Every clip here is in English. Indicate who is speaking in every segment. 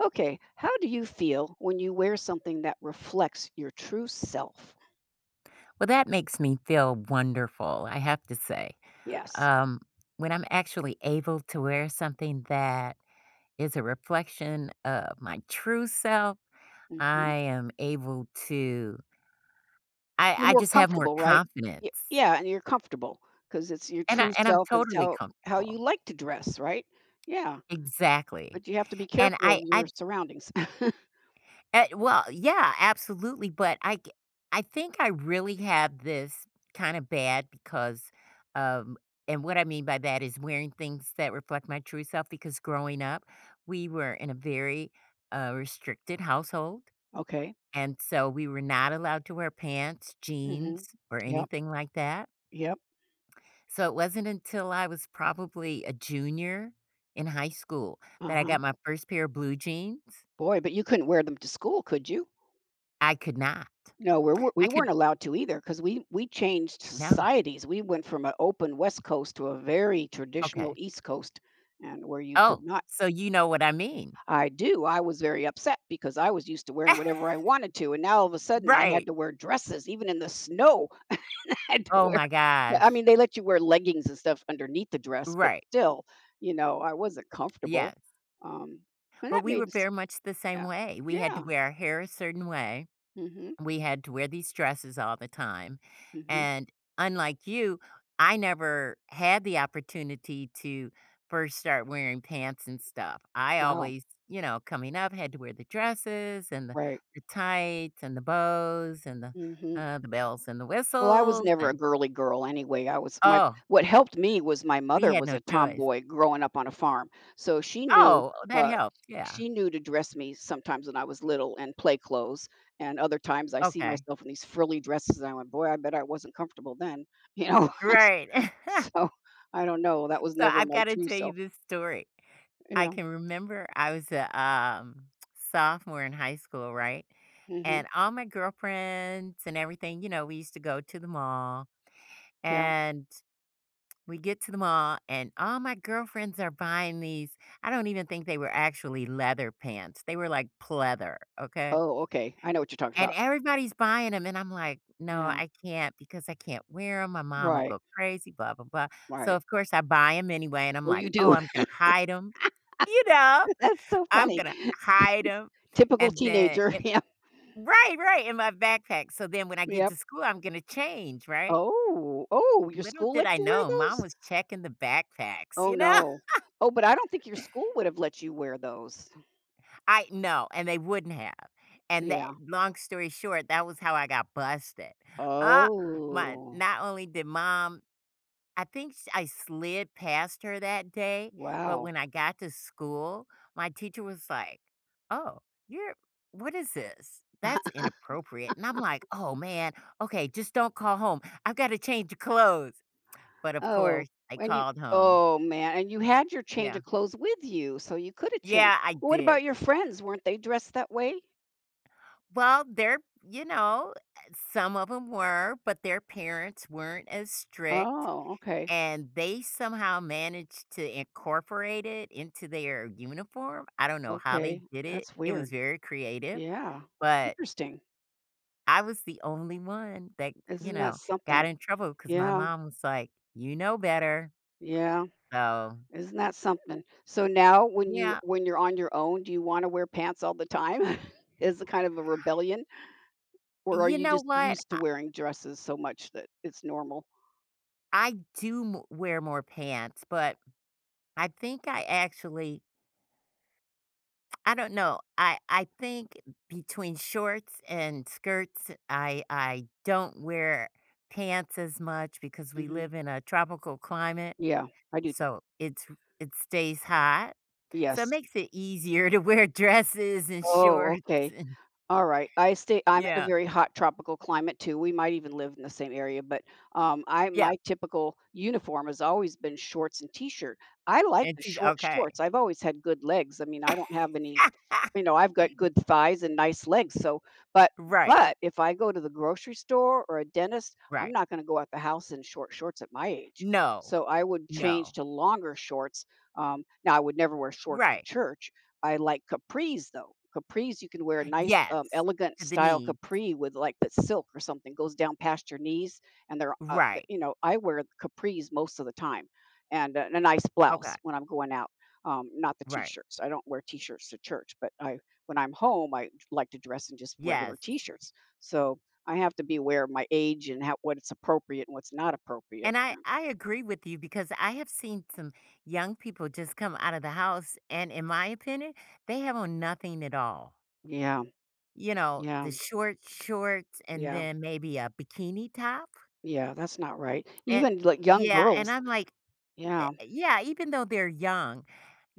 Speaker 1: Okay, how do you feel when you wear something that reflects your true self?
Speaker 2: Well, that makes me feel wonderful, I have to say.
Speaker 1: Yes.
Speaker 2: Um, when I'm actually able to wear something that is a reflection of my true self,
Speaker 1: Hmm.
Speaker 2: I am able to
Speaker 1: You're
Speaker 2: I
Speaker 1: more
Speaker 2: just have more
Speaker 1: comfortable, right? Y-
Speaker 2: confidence,
Speaker 1: Yeah, and you're comfortable because it's your
Speaker 2: and
Speaker 1: true
Speaker 2: I'm
Speaker 1: self. It's
Speaker 2: totally
Speaker 1: how you
Speaker 2: comfortable.
Speaker 1: like to dress, right? Yeah,
Speaker 2: Exactly,
Speaker 1: but you have to be
Speaker 2: and
Speaker 1: careful of
Speaker 2: I
Speaker 1: your surroundings.
Speaker 2: Eh, well, yeah, absolutely, but I think I really have this kinda bad because, um and what I mean by that is wearing things that reflect my true self because growing up, we were in a very, restricted household,
Speaker 1: Okay.
Speaker 2: and so we were not allowed to wear pants,
Speaker 1: Hmm.
Speaker 2: jeans, or
Speaker 1: Yep.
Speaker 2: anything like that.
Speaker 1: Yep.
Speaker 2: So it wasn't until I was probably a junior in high school
Speaker 1: Uh
Speaker 2: that I
Speaker 1: huh.
Speaker 2: got my first pair of blue jeans.
Speaker 1: Boy, but you couldn't wear them to school, could you?
Speaker 2: I could not.
Speaker 1: No, we're w
Speaker 2: I
Speaker 1: we
Speaker 2: could
Speaker 1: weren't allowed to either because we changed
Speaker 2: no.
Speaker 1: societies. We went from an open West Coast to a very traditional
Speaker 2: Okay.
Speaker 1: East Coast and where you could
Speaker 2: Oh,
Speaker 1: not.
Speaker 2: so you know what I mean.
Speaker 1: I do, I was very upset because I was used to wearing whatever I wanted to, and now all of a sudden I had
Speaker 2: Right.
Speaker 1: to wear dresses even in the snow. I had to
Speaker 2: Oh
Speaker 1: wear
Speaker 2: my
Speaker 1: I
Speaker 2: gosh.
Speaker 1: mean, they let you wear leggings and stuff underneath the dress, but
Speaker 2: Right.
Speaker 1: still, I wasn't comfortable.
Speaker 2: Yes.
Speaker 1: Um, and
Speaker 2: But
Speaker 1: that
Speaker 2: we
Speaker 1: made
Speaker 2: were
Speaker 1: s
Speaker 2: very much the same
Speaker 1: Yeah.
Speaker 2: way. We had to
Speaker 1: Yeah.
Speaker 2: wear our hair a certain way.
Speaker 1: Mhm,
Speaker 2: We had to wear these dresses all the time.
Speaker 1: mhm.
Speaker 2: And unlike you, I never had the opportunity to first start wearing pants and stuff. I
Speaker 1: Wow,
Speaker 2: always, coming up had to wear the dresses and the,
Speaker 1: right.
Speaker 2: the tights and the bows and the
Speaker 1: Mhm.
Speaker 2: uh, the bells and the
Speaker 1: Well, I was
Speaker 2: whistles
Speaker 1: never a
Speaker 2: and
Speaker 1: girly girl anyway. I was my
Speaker 2: oh,
Speaker 1: What helped me was my
Speaker 2: we
Speaker 1: mother
Speaker 2: had
Speaker 1: was
Speaker 2: no
Speaker 1: a
Speaker 2: choice.
Speaker 1: tomboy growing up on a farm. So
Speaker 2: Oh, that
Speaker 1: uh
Speaker 2: helps, yeah.
Speaker 1: she knew to dress me sometimes when I was little and play clothes. And other times I see
Speaker 2: Okay.
Speaker 1: myself in these frilly dresses and I went, boy, I bet I wasn't comfortable then, you know.
Speaker 2: Right.
Speaker 1: So I don't know. That was
Speaker 2: So,
Speaker 1: never
Speaker 2: I've
Speaker 1: my
Speaker 2: gotta
Speaker 1: true
Speaker 2: tell you
Speaker 1: self.
Speaker 2: this story. I
Speaker 1: Yeah.
Speaker 2: can remember I was a, sophomore in high school, right?
Speaker 1: Hmm.
Speaker 2: And all my girlfriends and everything, we used to go to the mall,
Speaker 1: Yeah.
Speaker 2: and we get to the mall, and all my girlfriends are buying these I don't even think they were actually leather pants, they were like pleather, okay?
Speaker 1: Oh, okay. I know what you're talking
Speaker 2: And
Speaker 1: about.
Speaker 2: everybody's buying them, and I'm like, "No,
Speaker 1: Yeah.
Speaker 2: I can't because I can't wear them. My mom will
Speaker 1: Right.
Speaker 2: go crazy, blah, blah, blah." So,
Speaker 1: Right.
Speaker 2: of course, I buy them anyway, and I'm
Speaker 1: Oh, you
Speaker 2: like, "Oh,
Speaker 1: do.
Speaker 2: I'm gonna hide them, You know?
Speaker 1: That's so
Speaker 2: I'm
Speaker 1: funny.
Speaker 2: gonna hide them,
Speaker 1: Typical
Speaker 2: and then
Speaker 1: teenager.
Speaker 2: it
Speaker 1: Yeah.
Speaker 2: Right, right, in my backpack, so then when I get
Speaker 1: Yeah.
Speaker 2: to school, I'm gonna change, right?"
Speaker 1: Oh, oh, your
Speaker 2: Little
Speaker 1: school
Speaker 2: did
Speaker 1: let
Speaker 2: I
Speaker 1: you wear
Speaker 2: know,
Speaker 1: those?
Speaker 2: mom was checking the backpacks,
Speaker 1: Oh,
Speaker 2: you know?
Speaker 1: no. Oh, but I don't think your school would have let you wear those.
Speaker 2: I know, and they wouldn't have, and that
Speaker 1: Yeah.
Speaker 2: long story short, that was how I got busted. Uh, my
Speaker 1: Oh,
Speaker 2: not only did mom I think s I slid past her that day, but
Speaker 1: wow.
Speaker 2: when I got to school, my teacher was like, "Oh, you're what is this? That's inappropriate." And I'm like, "Oh, man. Okay, just don't call home. I've gotta change clothes." But of
Speaker 1: Oh,
Speaker 2: course, I
Speaker 1: and you,
Speaker 2: called home.
Speaker 1: oh man, and you had your change
Speaker 2: Yeah.
Speaker 1: of clothes with you, so you could have changed.
Speaker 2: Yeah, I
Speaker 1: What
Speaker 2: did.
Speaker 1: about your friends? Weren't they dressed that way?
Speaker 2: Well, you know, some of them were, but their parents weren't as strict.
Speaker 1: Oh, okay.
Speaker 2: And they somehow managed to incorporate it into their uniform. I don't know how they
Speaker 1: Okay.
Speaker 2: did it.
Speaker 1: That's
Speaker 2: It was
Speaker 1: weird.
Speaker 2: very creative,
Speaker 1: Yeah.
Speaker 2: but
Speaker 1: Interesting.
Speaker 2: I was the only one that, you
Speaker 1: Isn't that
Speaker 2: know,
Speaker 1: something?
Speaker 2: got in trouble because my
Speaker 1: Yeah.
Speaker 2: mom was like, "You know better."
Speaker 1: Yeah.
Speaker 2: So,
Speaker 1: Isn't that something? So now when you
Speaker 2: yeah.
Speaker 1: when you're on your own, do you wanna wear pants all the time? Is it kind of a rebellion, or are
Speaker 2: You
Speaker 1: you
Speaker 2: know
Speaker 1: just
Speaker 2: what?
Speaker 1: used to
Speaker 2: I,
Speaker 1: wearing dresses so much that it's normal?
Speaker 2: I do m- wear more pants, but I think I actually I don't know. I think between shorts and skirts, I don't wear pants as much because we
Speaker 1: Mhm.
Speaker 2: live in a tropical climate,
Speaker 1: Yeah, I do.
Speaker 2: so it stays hot. So it
Speaker 1: Yes.
Speaker 2: makes it easier to wear dresses and
Speaker 1: Oh,
Speaker 2: shorts
Speaker 1: okay.
Speaker 2: and
Speaker 1: All right. I'm in a
Speaker 2: yeah.
Speaker 1: very hot tropical climate too. We might even live in the same area, but I
Speaker 2: Yeah,
Speaker 1: my typical uniform has always been shorts and t-shirt. I like
Speaker 2: and
Speaker 1: the
Speaker 2: t
Speaker 1: short
Speaker 2: okay.
Speaker 1: shorts. I've always had good legs. I mean, I don't have any, you know, I've got good thighs and nice legs. So, but
Speaker 2: Right,
Speaker 1: if I go to the grocery store or a dentist, I'm
Speaker 2: right.
Speaker 1: not going to go out the house in short shorts at my age.
Speaker 2: No.
Speaker 1: So I would change
Speaker 2: No.
Speaker 1: to longer shorts. Now I would never wear shorts to
Speaker 2: Right.
Speaker 1: church. I like capris though. Capris, you can wear a nice,
Speaker 2: Yes,
Speaker 1: elegant
Speaker 2: to the
Speaker 1: style
Speaker 2: knees.
Speaker 1: capri with like the silk or something goes down past your knees, and they're, th-
Speaker 2: Right.
Speaker 1: you know, I wear capris most of the time, and a nice
Speaker 2: Okay.
Speaker 1: blouse when I'm going out. Not the
Speaker 2: Right.
Speaker 1: t-shirts. I don't wear t-shirts to church, but I when I'm home, I like to dress in just regular
Speaker 2: Yes.
Speaker 1: t-shirts. So I have to be aware of my age and how what it's appropriate and what's not appropriate.
Speaker 2: And I agree with you because I have seen some young people just come out of the house, and in my opinion, they have on nothing at all.
Speaker 1: Yeah,
Speaker 2: You know,
Speaker 1: yeah,
Speaker 2: the short shorts and
Speaker 1: yeah,
Speaker 2: then maybe a bikini top.
Speaker 1: yeah. That's not right.
Speaker 2: And
Speaker 1: Even like young
Speaker 2: yeah, and
Speaker 1: girls.
Speaker 2: I'm like, "Eh,
Speaker 1: Yeah.
Speaker 2: eh, yeah, even though they're young,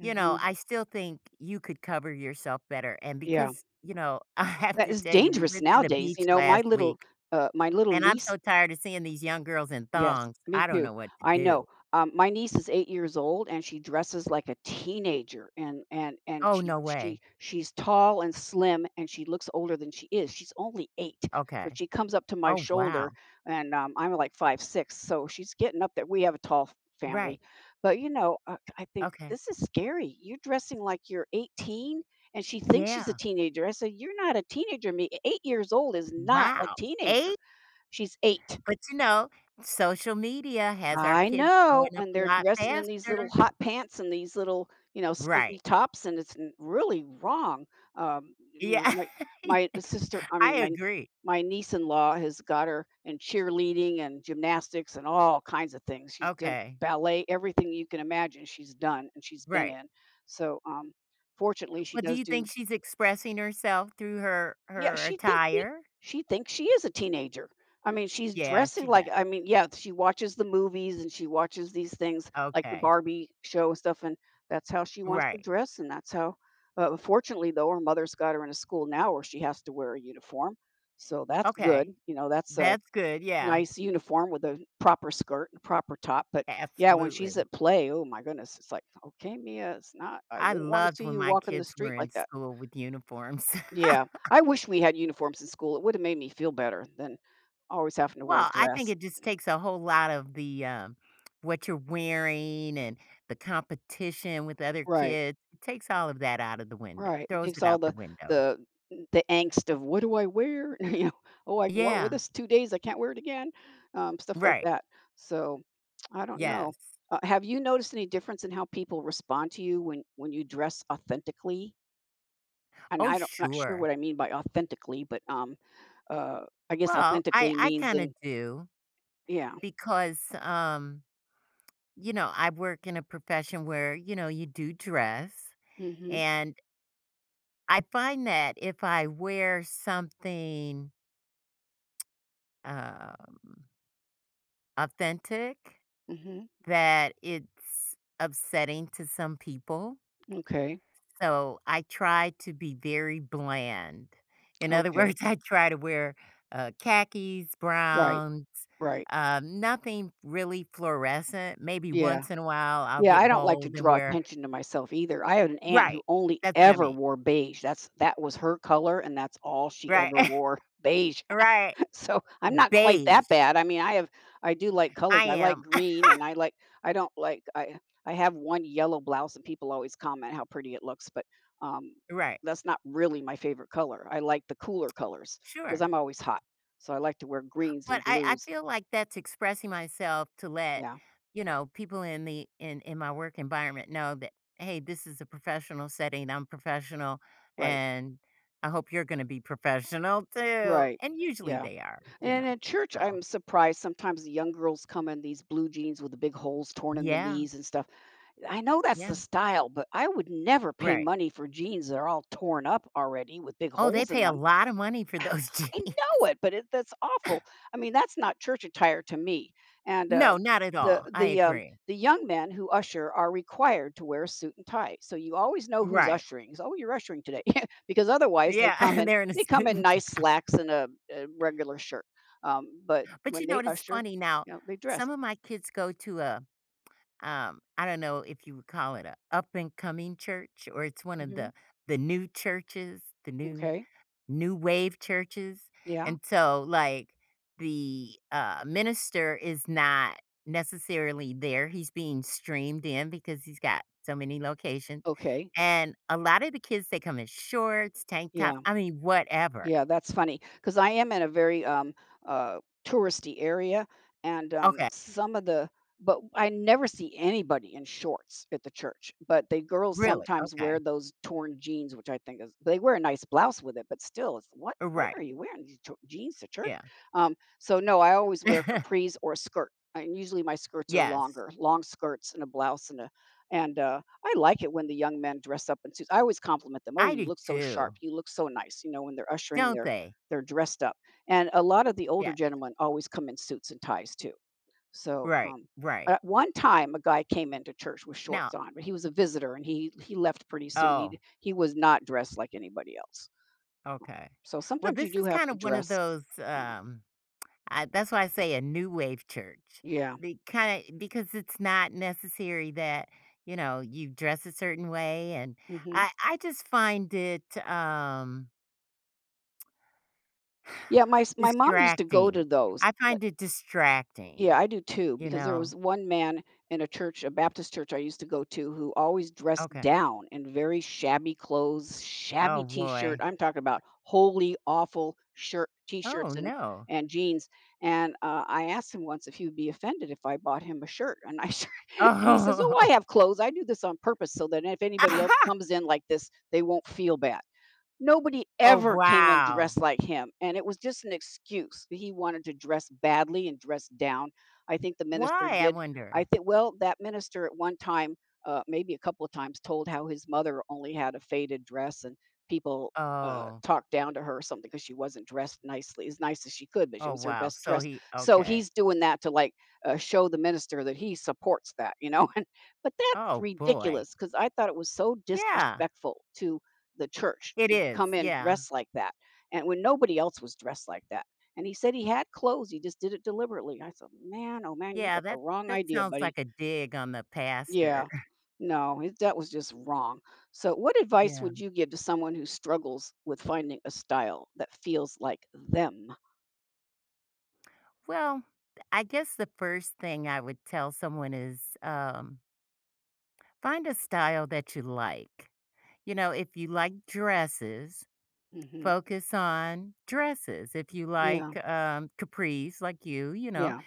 Speaker 2: you know, I still think you could cover yourself better." And
Speaker 1: Yeah.
Speaker 2: because, I have
Speaker 1: That
Speaker 2: to
Speaker 1: is
Speaker 2: tell you, we
Speaker 1: dangerous
Speaker 2: went to the
Speaker 1: nowadays, you
Speaker 2: beach
Speaker 1: know, my
Speaker 2: last
Speaker 1: little,
Speaker 2: week,
Speaker 1: uh, my little
Speaker 2: and I'm
Speaker 1: niece.
Speaker 2: so tired of seeing these young girls in
Speaker 1: Yes,
Speaker 2: thongs.
Speaker 1: me
Speaker 2: I don't
Speaker 1: too.
Speaker 2: know what to
Speaker 1: I know.
Speaker 2: do.
Speaker 1: My niece is 8 years old, and she dresses like a teenager, and and and
Speaker 2: Oh,
Speaker 1: she
Speaker 2: no
Speaker 1: she
Speaker 2: way.
Speaker 1: she's tall and slim, and she looks older than she is. She's only 8, but
Speaker 2: Okay.
Speaker 1: she comes up to my
Speaker 2: Oh,
Speaker 1: shoulder,
Speaker 2: wow.
Speaker 1: and I'm like 5'6", so she's getting up there. We have a tall family,
Speaker 2: Right.
Speaker 1: but I think
Speaker 2: Okay.
Speaker 1: this is scary. You're dressing like you're 18, and she thinks she's a
Speaker 2: Yeah.
Speaker 1: teenager. I said, you're not a teenager. Me, 8 years old is not a
Speaker 2: Wow.
Speaker 1: teenager.
Speaker 2: 8?
Speaker 1: She's 8.
Speaker 2: But, social media has our
Speaker 1: I
Speaker 2: kids
Speaker 1: know,
Speaker 2: growing up
Speaker 1: and
Speaker 2: a
Speaker 1: they're
Speaker 2: lot
Speaker 1: dressing in these little
Speaker 2: faster.
Speaker 1: hot pants and these little, skimpy
Speaker 2: Right.
Speaker 1: tops, and it's n really wrong. You know,
Speaker 2: Yeah.
Speaker 1: my my sister I
Speaker 2: I
Speaker 1: mean, my
Speaker 2: agree.
Speaker 1: niece-in-law has got her in cheerleading and gymnastics and all kinds of things. She's done
Speaker 2: Okay.
Speaker 1: ballet, everything you can imagine she's done and she's been
Speaker 2: Right.
Speaker 1: in. So, fortunately, she
Speaker 2: Well, do
Speaker 1: does
Speaker 2: you
Speaker 1: do
Speaker 2: think she's expressing herself through her
Speaker 1: yeah,
Speaker 2: her attire?
Speaker 1: she thinks she is a teenager. I mean, she's
Speaker 2: Yeah,
Speaker 1: dressing
Speaker 2: she
Speaker 1: like
Speaker 2: does.
Speaker 1: I mean, yeah, she watches the movies and she watches these things like the
Speaker 2: Okay.
Speaker 1: Barbie show and stuff, and that's how she wants to
Speaker 2: Right.
Speaker 1: dress, and that's how unfortunately, though, her mother's got her in a school now where she has to wear a uniform, so that's good.
Speaker 2: Okay.
Speaker 1: You know, that's a
Speaker 2: That's good. Yeah.
Speaker 1: nice uniform with a proper skirt and proper top. But yeah, when she's
Speaker 2: Absolutely.
Speaker 1: at play, oh my goodness, it's like, okay, Mia, it's not. I
Speaker 2: I
Speaker 1: wouldn't want to
Speaker 2: loved
Speaker 1: see
Speaker 2: when
Speaker 1: you
Speaker 2: my
Speaker 1: walking the
Speaker 2: kids
Speaker 1: street
Speaker 2: were in
Speaker 1: like that.
Speaker 2: school with uniforms.
Speaker 1: Yeah. I wish we had uniforms in school. It would have made me feel better than always having to wear a
Speaker 2: Well, I think
Speaker 1: dress.
Speaker 2: it just takes a whole lot of the what you're wearing and the competition with other
Speaker 1: Right.
Speaker 2: kids. It takes all of that out of the window,
Speaker 1: Right. It
Speaker 2: throws
Speaker 1: takes
Speaker 2: it
Speaker 1: all
Speaker 2: out the
Speaker 1: the
Speaker 2: window.
Speaker 1: the angst of what do I wear? Oh, I wore it with
Speaker 2: Yeah,
Speaker 1: this 2 days. I can't wear it again. Stuff like
Speaker 2: right.
Speaker 1: that. So I don't know.
Speaker 2: Yes.
Speaker 1: Have you noticed any difference in how people respond to you when you dress authentically? And
Speaker 2: Oh,
Speaker 1: I don't, not sure
Speaker 2: sure.
Speaker 1: what I mean by authentically, but uh, I guess
Speaker 2: Well, I
Speaker 1: authentically
Speaker 2: I
Speaker 1: means
Speaker 2: kinda
Speaker 1: in
Speaker 2: do
Speaker 1: yeah.
Speaker 2: because, I work in a profession where, you do dress,
Speaker 1: Mm-hmm.
Speaker 2: and I find that if I wear something, um, authentic
Speaker 1: Mm-hmm.
Speaker 2: that it's upsetting to some people,
Speaker 1: Okay.
Speaker 2: so I try to be very bland. In other
Speaker 1: Okay.
Speaker 2: words, I try to wear, khakis,
Speaker 1: Right,
Speaker 2: browns,
Speaker 1: right.
Speaker 2: nothing really fluorescent. Maybe
Speaker 1: Yeah.
Speaker 2: once in a while, I'll
Speaker 1: Yeah,
Speaker 2: get
Speaker 1: I don't like to
Speaker 2: bold and
Speaker 1: draw
Speaker 2: wear
Speaker 1: attention to myself either. I had an aunt who
Speaker 2: Right,
Speaker 1: only
Speaker 2: that's what I
Speaker 1: ever
Speaker 2: mean.
Speaker 1: wore beige. That was her color and that's all she
Speaker 2: Right,
Speaker 1: ever wore, beige.
Speaker 2: right.
Speaker 1: So, I'm not quite that
Speaker 2: Beige.
Speaker 1: bad. I mean, I do like
Speaker 2: I
Speaker 1: colors. I like
Speaker 2: am.
Speaker 1: green and I like I don't like I have one yellow blouse and people always comment how pretty it looks, but, um,
Speaker 2: Right.
Speaker 1: that's not really my favorite color. I like the cooler colors because
Speaker 2: Sure.
Speaker 1: I'm always hot. So, I like to wear greens
Speaker 2: But
Speaker 1: and
Speaker 2: I
Speaker 1: blues.
Speaker 2: feel like that's expressing myself to let,
Speaker 1: Yeah,
Speaker 2: people in the in my work environment know that, "Hey, this is a professional setting, I'm professional,
Speaker 1: right,
Speaker 2: and I hope you're gonna be professional too."
Speaker 1: right.
Speaker 2: And usually
Speaker 1: Yeah.
Speaker 2: they are,
Speaker 1: And at church,
Speaker 2: so
Speaker 1: I'm surprised sometimes the young girls come in these blue jeans with the big holes torn in the
Speaker 2: Yeah,
Speaker 1: knees and stuff. I know that's the
Speaker 2: yeah,
Speaker 1: style, but I would never pay
Speaker 2: right.
Speaker 1: money for jeans that are all torn up already with big
Speaker 2: Oh, they
Speaker 1: holes in
Speaker 2: pay a
Speaker 1: them.
Speaker 2: lot of money for those
Speaker 1: I
Speaker 2: jeans.
Speaker 1: know it, but it that's awful. I mean, that's not church attire to me. And, uh,
Speaker 2: No, not at
Speaker 1: the
Speaker 2: all, I
Speaker 1: the, um,
Speaker 2: agree.
Speaker 1: the young men who usher are required to wear a suit and tie, so you always know who's
Speaker 2: Right.
Speaker 1: ushering. So, "Oh, you're ushering today," because otherwise they come
Speaker 2: Yeah,
Speaker 1: in
Speaker 2: they're in a
Speaker 1: they come in
Speaker 2: student
Speaker 1: nice slacks and a regular shirt. But
Speaker 2: But
Speaker 1: when
Speaker 2: you know
Speaker 1: they
Speaker 2: what, it's
Speaker 1: usher,
Speaker 2: funny now,
Speaker 1: you know, they dress.
Speaker 2: some of my kids go to a I don't know if you would call it a up and coming church or it's one of
Speaker 1: Mhm.
Speaker 2: the new churches, the new
Speaker 1: Okay.
Speaker 2: new wave churches.
Speaker 1: Yeah.
Speaker 2: And so like the minister is not necessarily there. He's being streamed in because he's got so many locations.
Speaker 1: Okay.
Speaker 2: And a lot of the kids they come in shorts, tank tops,
Speaker 1: Yeah.
Speaker 2: I mean whatever.
Speaker 1: Yeah, that's funny because I am in a very, touristy area, and,
Speaker 2: Okay.
Speaker 1: some of the but I never see anybody in shorts at the church, but the girls
Speaker 2: Really?
Speaker 1: sometimes
Speaker 2: Okay.
Speaker 1: wear those torn jeans, which I think is they wear a nice blouse with it, but still, it's what are
Speaker 2: Right.
Speaker 1: you wearing, these tor jeans to church?
Speaker 2: Yeah.
Speaker 1: So, no, I always wear capris or a skirt, and usually my skirts are
Speaker 2: yes.
Speaker 1: longer, long skirts and a blouse. And I like it when the young men dress up in suits. I always compliment them. "Oh,
Speaker 2: I
Speaker 1: you
Speaker 2: do
Speaker 1: look so sharp.
Speaker 2: too.
Speaker 1: You look so nice." When they're ushering,
Speaker 2: Don't
Speaker 1: they're
Speaker 2: they?
Speaker 1: they're dressed up. And a lot of the older
Speaker 2: Yeah.
Speaker 1: gentlemen always come in suits and ties too. So,
Speaker 2: Right, right.
Speaker 1: at one time, a guy came into church with shorts
Speaker 2: Now
Speaker 1: on, but he was a visitor and he left pretty soon.
Speaker 2: oh,
Speaker 1: He was not dressed like anybody else.
Speaker 2: okay.
Speaker 1: So
Speaker 2: Well,
Speaker 1: sometimes you
Speaker 2: this
Speaker 1: do
Speaker 2: is
Speaker 1: have
Speaker 2: kind
Speaker 1: to
Speaker 2: of one of
Speaker 1: dress.
Speaker 2: those,
Speaker 1: You know.
Speaker 2: I that's why I say a new wave church.
Speaker 1: Yeah.
Speaker 2: The kinda because it's not necessary that, you dress a certain way, and
Speaker 1: Hmm.
Speaker 2: I just find it, um,
Speaker 1: Yeah. My mom used to go to
Speaker 2: distracting.
Speaker 1: those.
Speaker 2: I find it distracting,
Speaker 1: Yeah, I do too,
Speaker 2: you
Speaker 1: because there
Speaker 2: know?
Speaker 1: was one man in a church, a Baptist church I used to go to, who always dressed
Speaker 2: Okay.
Speaker 1: down in very shabby clothes, shabby
Speaker 2: Oh,
Speaker 1: t-shirt.
Speaker 2: boy.
Speaker 1: I'm talking about wholly awful shirt,
Speaker 2: Oh,
Speaker 1: t-shirts and
Speaker 2: no.
Speaker 1: jeans. And I asked him once if he would be offended if I bought him a shirt, and he says, "Oh,
Speaker 2: Oh.
Speaker 1: I have clothes. I do this on purpose so that if anybody else comes in like this, they won't feel bad." Nobody
Speaker 2: Oh,
Speaker 1: ever came in dressed
Speaker 2: wow.
Speaker 1: like him, and it was just an excuse. He wanted to dress badly and dress down. I think the minister
Speaker 2: Why, I
Speaker 1: did I
Speaker 2: wonder?
Speaker 1: think Well, that minister at one time, maybe a couple of times, told how his mother only had a faded dress and people,
Speaker 2: Oh.
Speaker 1: talked down to her or something because she wasn't dressed nicely as nice as she could, but she
Speaker 2: Oh,
Speaker 1: was her
Speaker 2: wow.
Speaker 1: best
Speaker 2: So
Speaker 1: dress.
Speaker 2: he
Speaker 1: So
Speaker 2: okay.
Speaker 1: he's doing that to, like, show the minister that he supports that, you know? And but that's
Speaker 2: Oh, boy.
Speaker 1: ridiculous because I thought it was so
Speaker 2: Yeah,
Speaker 1: disrespectful to the church
Speaker 2: it
Speaker 1: to
Speaker 2: is.
Speaker 1: come in
Speaker 2: Yeah.
Speaker 1: dressed like that, and when nobody else was dressed like that. And he said he had clothes, he just did it deliberately. I said, "Man, oh man, you
Speaker 2: Yeah,
Speaker 1: got the
Speaker 2: that
Speaker 1: wrong
Speaker 2: that
Speaker 1: idea,
Speaker 2: sounds
Speaker 1: buddy."
Speaker 2: like a dig on the pastor.
Speaker 1: Yeah, no, it that was just wrong. So, what advice
Speaker 2: Yeah.
Speaker 1: would you give to someone who struggles with finding a style that feels like them?
Speaker 2: Well, I guess the first thing I would tell someone is, find a style that you like. You know, if you like dresses,
Speaker 1: Mhm.
Speaker 2: focus on dresses. If you
Speaker 1: Yeah,
Speaker 2: like, capris like you, you know,
Speaker 1: yeah,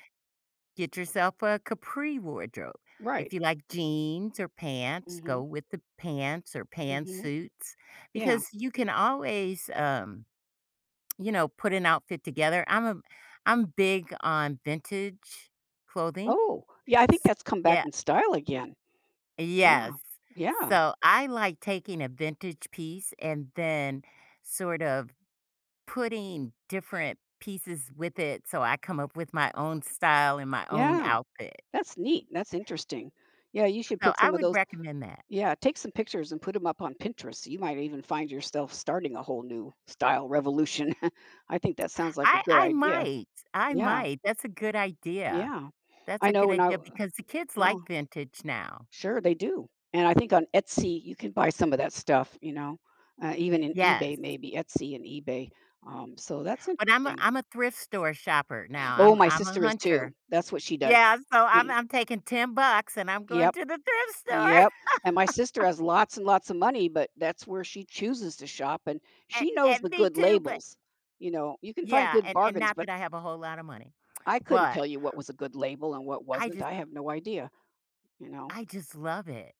Speaker 2: Get yourself a capri wardrobe. If
Speaker 1: right.
Speaker 2: you like jeans or pants, go
Speaker 1: Mhm,
Speaker 2: with the pants or
Speaker 1: mhm,
Speaker 2: pantsuits
Speaker 1: yeah.
Speaker 2: because you can always, put an outfit together. I'm big on vintage clothing.
Speaker 1: Oh, yeah, I think
Speaker 2: S-
Speaker 1: that's come back
Speaker 2: Yeah,
Speaker 1: in style again. Yeah,
Speaker 2: yes.
Speaker 1: yeah,
Speaker 2: So I like taking a vintage piece and then sort of putting different pieces with it so I come up with my own style and my own
Speaker 1: yeah.
Speaker 2: outfit.
Speaker 1: That's neat. That's interesting. Yeah, you should
Speaker 2: So
Speaker 1: put
Speaker 2: I
Speaker 1: some of
Speaker 2: would
Speaker 1: those
Speaker 2: recommend that.
Speaker 1: yeah, take some pictures and put them up on Pinterest. You might even find yourself starting a whole new style revolution. I think that sounds like a
Speaker 2: I
Speaker 1: good
Speaker 2: I
Speaker 1: idea.
Speaker 2: might, I
Speaker 1: Yeah.
Speaker 2: might. That's a good idea.
Speaker 1: Yeah.
Speaker 2: That's
Speaker 1: I
Speaker 2: a
Speaker 1: know
Speaker 2: good
Speaker 1: when I
Speaker 2: idea because the kids
Speaker 1: Yeah,
Speaker 2: like vintage now.
Speaker 1: sure they do. And I think on Etsy you can buy some of that stuff, Even in eBay
Speaker 2: Yes,
Speaker 1: maybe, Etsy and eBay. So that's
Speaker 2: but I'm a
Speaker 1: interesting.
Speaker 2: I'm a thrift store shopper now.
Speaker 1: Oh,
Speaker 2: I'm
Speaker 1: my
Speaker 2: I'm a
Speaker 1: sister is too.
Speaker 2: hunter.
Speaker 1: That's what she does.
Speaker 2: Yeah, so I'm
Speaker 1: And
Speaker 2: I'm taking 10 bucks and I'm going
Speaker 1: yep.
Speaker 2: to the thrift store.
Speaker 1: Yep, and my sister has lots and lots of money, but that's where she chooses to shop, and
Speaker 2: And
Speaker 1: she knows
Speaker 2: and
Speaker 1: the
Speaker 2: me
Speaker 1: good
Speaker 2: too, but
Speaker 1: labels. You can find
Speaker 2: yeah,
Speaker 1: good
Speaker 2: and
Speaker 1: bargains,
Speaker 2: not
Speaker 1: but
Speaker 2: that I have a whole lot of money,
Speaker 1: I couldn't
Speaker 2: but
Speaker 1: tell you what was a good label and what
Speaker 2: I
Speaker 1: wasn't.
Speaker 2: just
Speaker 1: I have no idea, you know?
Speaker 2: I just love it.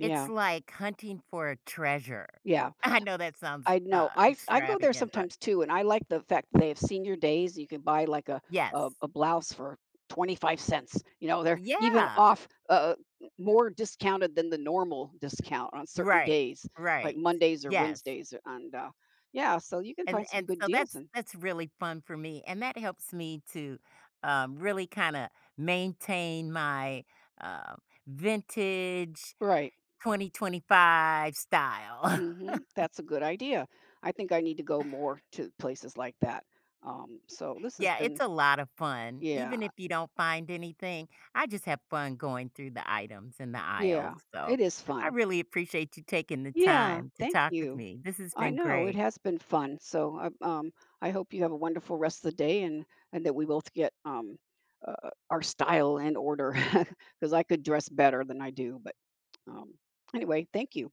Speaker 2: It's like hunting for a treasure.
Speaker 1: yeah.
Speaker 2: I know that sounds,
Speaker 1: I know.
Speaker 2: uh,
Speaker 1: I go there
Speaker 2: extravagant, but
Speaker 1: sometimes too, and I like the fact that they have senior days. You can buy like a a,
Speaker 2: yes.
Speaker 1: a blouse for 25 cents. You know, they're even
Speaker 2: Yeah.
Speaker 1: off More discounted than the normal discount on certain
Speaker 2: Right,
Speaker 1: days, like
Speaker 2: right.
Speaker 1: Mondays or
Speaker 2: Yes.
Speaker 1: Wednesdays. And yeah, so you can
Speaker 2: And
Speaker 1: find some
Speaker 2: and
Speaker 1: good
Speaker 2: so
Speaker 1: deals.
Speaker 2: that's
Speaker 1: And
Speaker 2: that's really fun for me, and that helps me to really kinda maintain my, uh, vintage
Speaker 1: right.
Speaker 2: 2025 style.
Speaker 1: Hmm. That's a good idea. I think I need to go more to places like that. So this has
Speaker 2: Yeah, it's
Speaker 1: been,
Speaker 2: a lot of fun.
Speaker 1: yeah,
Speaker 2: Even if you don't find anything, I just have fun going through the items in the
Speaker 1: yeah,
Speaker 2: aisles,
Speaker 1: it
Speaker 2: so
Speaker 1: is
Speaker 2: I
Speaker 1: fun.
Speaker 2: really appreciate you taking the
Speaker 1: Yeah.
Speaker 2: time to
Speaker 1: Thank
Speaker 2: talk with
Speaker 1: you.
Speaker 2: me. This has
Speaker 1: I
Speaker 2: been
Speaker 1: know it
Speaker 2: great.
Speaker 1: has been fun. So um, I hope you have a wonderful rest of the day, and that we both get our style in order because I could dress better than I do. But um, anyway, thank you.